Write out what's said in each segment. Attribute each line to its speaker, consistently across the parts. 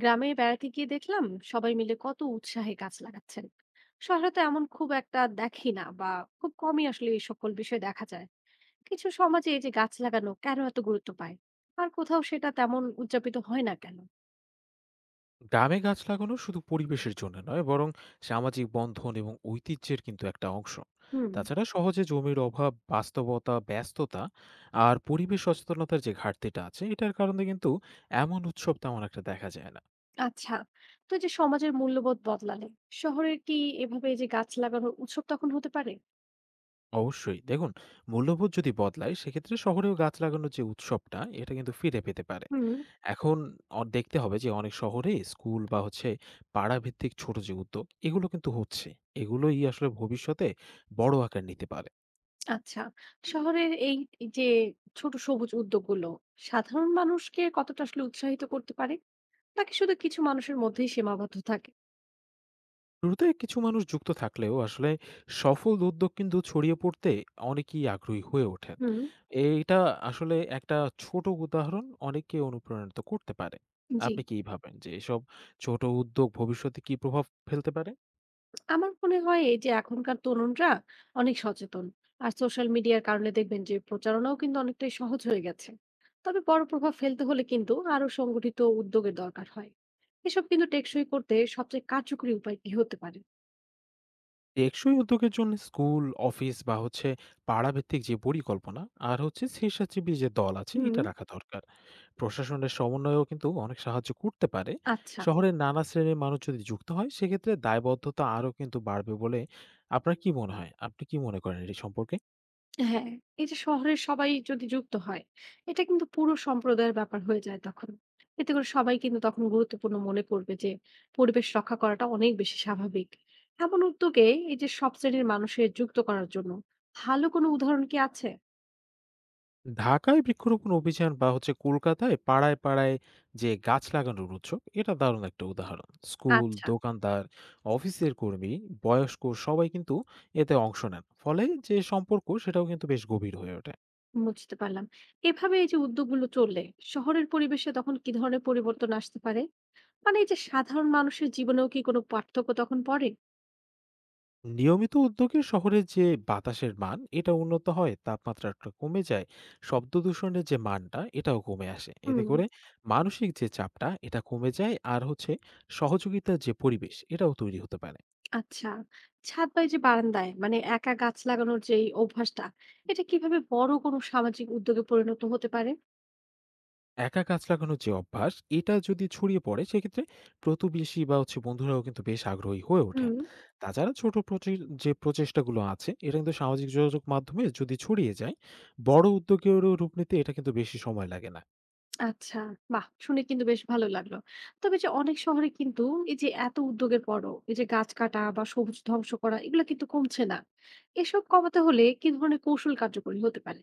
Speaker 1: গ্রামে বেড়াতে গিয়ে দেখলাম সবাই মিলে কত উৎসাহে গাছ লাগাচ্ছেন। শহরে তো এমন খুব একটা দেখি না, বা খুব কমই আসলে এই সকল বিষয় দেখা যায়। কিছু সমাজে এই যে গাছ লাগানো কেন এত গুরুত্ব পায়, আর কোথাও সেটা তেমন উদযাপিত হয় না কেন?
Speaker 2: গ্রামে গাছ লাগানো শুধু পরিবেশের জন্য নয়, বরং সামাজিক বন্ধন এবং ঐতিহ্যের কিন্তু একটা অংশ।
Speaker 1: হুম।
Speaker 2: তাছাড়া সহজে জমির অভাব, বাস্তবতা, ব্যস্ততা আর পরিবেশ সচেতনতার যে ঘাটতিটা আছে এটার কারণে কিন্তু এমন উৎসব তেমন একটা দেখা যায় না।
Speaker 1: আচ্ছা, তো এই যে সমাজের মূল্যবোধ বদলালে শহরে কি এভাবে এই যে গাছ লাগানোর উৎসব তখন হতে পারে?
Speaker 2: অবশ্যই, দেখুন, মূল্যবোধ যদি বদলায় সেক্ষেত্রে শহরেও গাছ লাগানোর যে উৎসবটা এটা কিন্তু ফিরে পেতে পারে।
Speaker 1: হুম।
Speaker 2: এখন দেখতে হবে যে অনেক শহরে স্কুল বা হচ্ছে পাড়া ভিত্তিক ছোট যে উদ্যোগ এগুলো কিন্তু হচ্ছে। এগুলোই আসলে ভবিষ্যতে বড় আকার নিতে পারে।
Speaker 1: আচ্ছা, শহরের এই এই যে ছোট সবুজ উদ্যোগগুলো সাধারণ মানুষকে কতটা আসলে উৎসাহিত করতে পারে, নাকি শুধু কিছু মানুষের মধ্যেই সীমাবদ্ধ থাকে?
Speaker 2: শুরুতে কিছু মানুষ যুক্ত থাকলেও আসলে সফল উদ্যোগ কিন্তু ছড়িয়ে পড়তে অনেকেই আগ্রহী হয়ে ওঠেন।
Speaker 1: হুম।
Speaker 2: এইটা আসলে একটা ছোট উদাহরণ অনেককে অনুপ্রাণিত করতে পারে।
Speaker 1: জি।
Speaker 2: আপনি কি ভাবেন যে এসব ছোট উদ্যোগ ভবিষ্যতে কি প্রভাব ফেলতে পারে?
Speaker 1: আমার মনে হয় এই যে এখনকার তরুণরা অনেক সচেতন, আর সোশ্যাল মিডিয়ার কারণে দেখবেন যে প্রচারণাও কিন্তু অনেকটাই সহজ হয়ে গেছে। তবে বড় প্রভাব ফেলতে হলে কিন্তু আরো সংগঠিত উদ্যোগের দরকার হয়। এসব কিন্তু টেকসই করতে সবচেয়ে কার্যকরী উপায় কি হতে পারে?
Speaker 2: টেকসই উদ্যোগের জন্য স্কুল, অফিস বা হচ্ছে পাড়াভিত্তিক যে পরিকল্পনা আর হচ্ছে স্বেচ্ছাসেবী যে দল আছে
Speaker 1: হুম।
Speaker 2: এটা রাখা দরকার। প্রশাসনের সমন্বয়ও কিন্তু অনেক সাহায্য করতে পারে।
Speaker 1: আচ্ছা।
Speaker 2: শহরের নানা শ্রেণীর মানুষ যদি যুক্ত হয় সেক্ষেত্রে দায়বদ্ধতা আরও কিন্তু বাড়বে বলে। আপনার কি মনে হয়, আপনি কি মনে করেন এটি সম্পর্কে?
Speaker 1: হ্যাঁ, এই যে শহরের সবাই যদি যুক্ত হয়, এটা কিন্তু পুরো সম্প্রদায়ের ব্যাপার হয়ে যায় তখন। এতে করে সবাই কিন্তু তখন গুরুত্বপূর্ণ মনে করবে যে পরিবেশ রক্ষা করাটা অনেক বেশি স্বাভাবিক। এমন উদ্যোগে এই যে সব শ্রেণীর মানুষের যুক্ত করার জন্য ভালো কোনো উদাহরণ কি আছে?
Speaker 2: ঢাকায় বৃক্ষরোপণ অভিযান বা হচ্ছে কলকাতায় পাড়ায় পাড়ায় যে গাছ লাগানোর উৎসব, এটা দারুণ একটা উদাহরণ। স্কুল,
Speaker 1: আচ্ছা।
Speaker 2: দোকানদার, অফিসের কর্মী, বয়স্ক সবাই কিন্তু এতে অংশ নেন, ফলে যে সম্পর্ক সেটাও কিন্তু বেশ গভীর হয়ে ওঠে।
Speaker 1: বুঝতে পারলাম। এভাবে এই যে উদ্যোগগুলো চললে শহরের পরিবেশে তখন কি ধরনের পরিবর্তন আসতে পারে? মানে এই যে সাধারণ মানুষের জীবনেও কি কোনো পার্থক্য তখন পড়ে?
Speaker 2: নিয়মিত উদ্যোগে শহরের যে বাতাসের মান এটা উন্নত হয়, তাপমাত্রাটা কমে যায়, শব্দ দূষণের যে মানটা এটাও কমে আসে। এতে
Speaker 1: হুম।
Speaker 2: করে মানসিক যে চাপটা এটা কমে যায় আর হচ্ছে সহযোগিতার যে পরিবেশ এটাও তৈরি হতে পারে।
Speaker 1: আচ্ছা। ছাদ বা এই যে বারান্দায় মানে একা গাছ লাগানোর যে এই অভ্যাসটা, এটা কিভাবে বড় কোনো সামাজিক উদ্যোগে পরিণত হতে পারে?
Speaker 2: একা কাজ লাগানোর যে অভ্যাস এটা যদি ছড়িয়ে পড়ে সেক্ষেত্রে প্রতিবেশী বা হচ্ছে বন্ধুরাও কিন্তু বেশ আগ্রহী হয়ে ওঠেন।
Speaker 1: হুম।
Speaker 2: তাছাড়া ছোট যে প্রচেষ্টাগুলো আছে এটা কিন্তু সামাজিক যোগাযোগ মাধ্যমে যদি ছড়িয়ে যায়, বড় উদ্যোগেরও রূপ নিতে এটা কিন্তু বেশি সময় লাগে না।
Speaker 1: আচ্ছা, বাহ! শুনে কিন্তু বেশ ভালো লাগলো। তবে যে অনেক শহরে কিন্তু এই যে এত উদ্যোগের পরও এই যে গাছ কাটা বা সবুজ ধ্বংস করা এগুলা কিন্তু কমছে না। এসব কমাতে হলে কি ধরনের কৌশল কার্যকরী হতে পারে?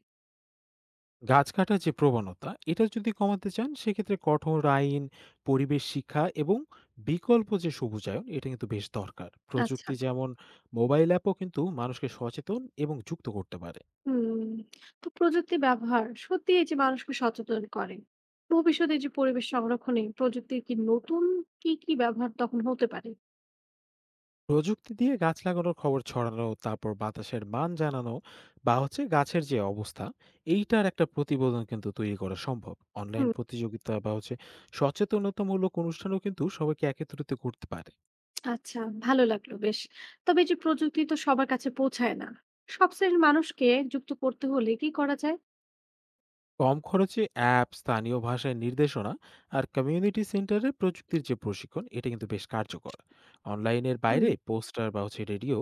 Speaker 2: গাছ কাটার যে প্রবণতা এটা যদি কমাতে চান সেক্ষেত্রে কঠোর আইন, পরিবেশ শিক্ষা এবং বিকল্প যে সবুজায়ন এটা কিন্তু বেশ দরকার।
Speaker 1: আচ্ছা।
Speaker 2: প্রযুক্তি, যেমন মোবাইল অ্যাপও কিন্তু মানুষকে সচেতন এবং যুক্ত করতে পারে।
Speaker 1: হুম, তো প্রযুক্তি ব্যবহার সত্যি এই যে মানুষকে সচেতন করে। ভবিষ্যতে যে পরিবেশ সংরক্ষণে প্রযুক্তির কি নতুন কি কি ব্যবহার তখন হতে পারে?
Speaker 2: প্রযুক্তি দিয়ে গাছ লাগানোর খবর ছড়ানো, তারপর বাতাসের মান জানানো বা হচ্ছে গাছের যে অবস্থা, এইটার একটা প্রতিবেদন কিন্তু তৈরি করা সম্ভব। অনলাইন
Speaker 1: হুম।
Speaker 2: প্রতিযোগিতা বা হচ্ছে সচেতনতামূলক অনুষ্ঠানও কিন্তু সবাইকে একত্রিত করতে পারে।
Speaker 1: আচ্ছা, ভালো লাগলো বেশ। তবে এই যে প্রযুক্তি তো সবার কাছে পৌঁছায় না, সব শ্রেণীর মানুষকে যুক্ত করতে হলে কি করা যায়?
Speaker 2: কম খরচে অ্যাপ, স্থানীয় ভাষায় নির্দেশনা আর কমিউনিটি সেন্টারে প্রযুক্তির যে প্রশিক্ষণ এটা কিন্তু বেশ কার্যকর। অনলাইনের
Speaker 1: হুম।
Speaker 2: বাইরে পোস্টার বা হচ্ছে রেডিও,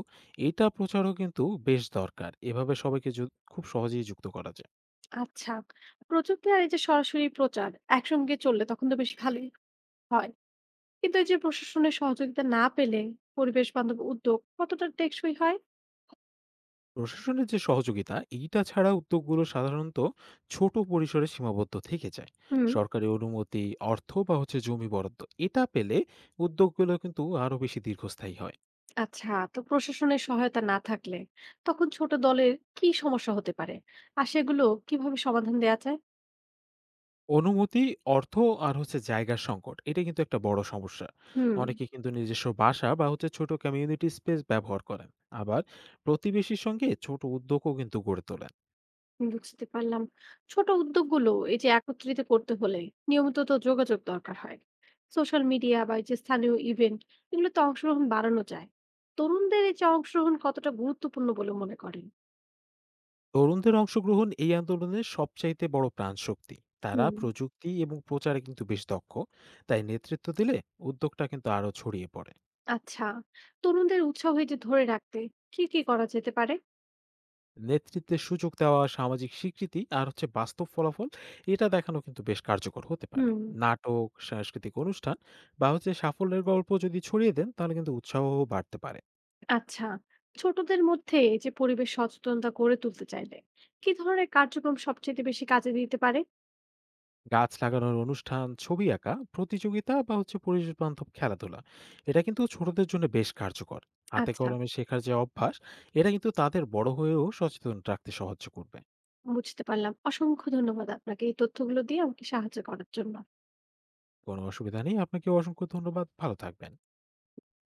Speaker 2: এটা প্রচারও কিন্তু বেশ দরকার। এভাবে সবাইকে খুব সহজেই যুক্ত করা যায়।
Speaker 1: আচ্ছা, প্রযুক্তি আর এই যে সরাসরি প্রচার একসঙ্গে চললে তখন তো বেশ ভালোই হয়। কিন্তু এই যে প্রশাসনের সহযোগিতা না পেলে পরিবেশ বান্ধব উদ্যোগ কতটা টেকসই হয়?
Speaker 2: প্রশাসনের যে সহযোগিতা এইটা ছাড়া উদ্যোগগুলো সাধারণত ছোট পরিসরে সীমাবদ্ধ থেকে যায়।
Speaker 1: হুম।
Speaker 2: সরকারি অনুমতি, অর্থ বা হচ্ছে জমি বরাদ্দ এটা পেলে উদ্যোগগুলো কিন্তু আরো বেশি দীর্ঘস্থায়ী হয়।
Speaker 1: আচ্ছা, তো প্রশাসনের সহায়তা না থাকলে তখন ছোট দলের কি সমস্যা হতে পারে, আর সেগুলো কিভাবে সমাধান দেওয়া যায়?
Speaker 2: অনুমতি, অর্থ আর হচ্ছে জায়গার সংকট, এটা কিন্তু একটা বড় সমস্যা।
Speaker 1: হুম।
Speaker 2: অনেকে কিন্তু নিজস্ব বাসা বা হচ্ছে ছোট কমিউনিটি স্পেস ব্যবহার করেন। আবার প্রতিবেশীর সঙ্গে ছোট উদ্যোগও কিন্তু গড়ে তোলেন।
Speaker 1: বুঝতে পারলাম। ছোট উদ্যোগগুলো এই যে একত্রিত করতে হলে নিয়মিত তো যোগাযোগ দরকার হয়। সোশ্যাল মিডিয়া বা এই যে স্থানীয় ইভেন্ট, এগুলোতে অংশগ্রহণ বাড়ানো যায়। তরুণদের এই যে অংশগ্রহণ কতটা গুরুত্বপূর্ণ বলে মনে করেন?
Speaker 2: তরুণদের অংশগ্রহণ এই আন্দোলনের সবচাইতে বড় প্রাণশক্তি। তারা
Speaker 1: হুম।
Speaker 2: প্রযুক্তি এবং প্রচারে কিন্তু বেশ দক্ষ। তাই নেতৃত্ব দিলে উদ্যোগটা কিন্তু আরো ছড়িয়ে পড়ে।
Speaker 1: আচ্ছা, তরুণদের উৎসাহ এই যে ধরে রাখতে কি কি করা যেতে পারে?
Speaker 2: নেতৃত্বের সুযোগ দেওয়া, সামাজিক স্বীকৃতি আর হচ্ছে বাস্তব ফলাফল এটা দেখানো কিন্তু বেশ কার্যকর হতে পারে।
Speaker 1: হুম।
Speaker 2: নাটক, সাংস্কৃতিক অনুষ্ঠান বা হচ্ছে সাফল্যের গল্প যদি ছড়িয়ে দেন তাহলে কিন্তু উৎসাহও বাড়তে পারে।
Speaker 1: আচ্ছা, ছোটদের মধ্যে এই যে পরিবেশ সচেতনতা গড়ে তুলতে চাইলে কি ধরনের কার্যক্রম সবচেয়ে বেশি কাজে দিতে পারে?
Speaker 2: গাছ লাগানোর অনুষ্ঠান, ছবি আঁকা, প্রতিযোগিতা বা হচ্ছে পরিবেশ বান্ধব খেলাধুলা, এটা কিন্তু ছোটদের জন্য বেশ কার্যকর। হাতে
Speaker 1: আচ্ছা,
Speaker 2: কলমে শেখার যে অভ্যাস, এটা কিন্তু তাদের বড় হয়েও সচেতন রাখতে সাহায্য করবে।
Speaker 1: বুঝতে পারলাম। অসংখ্য ধন্যবাদ আপনাকে এই তথ্যগুলো দিয়ে আমাকে সাহায্য করার জন্য।
Speaker 2: কোনো অসুবিধা নেই। আপনাকে অসংখ্য ধন্যবাদ। ভালো থাকবেন।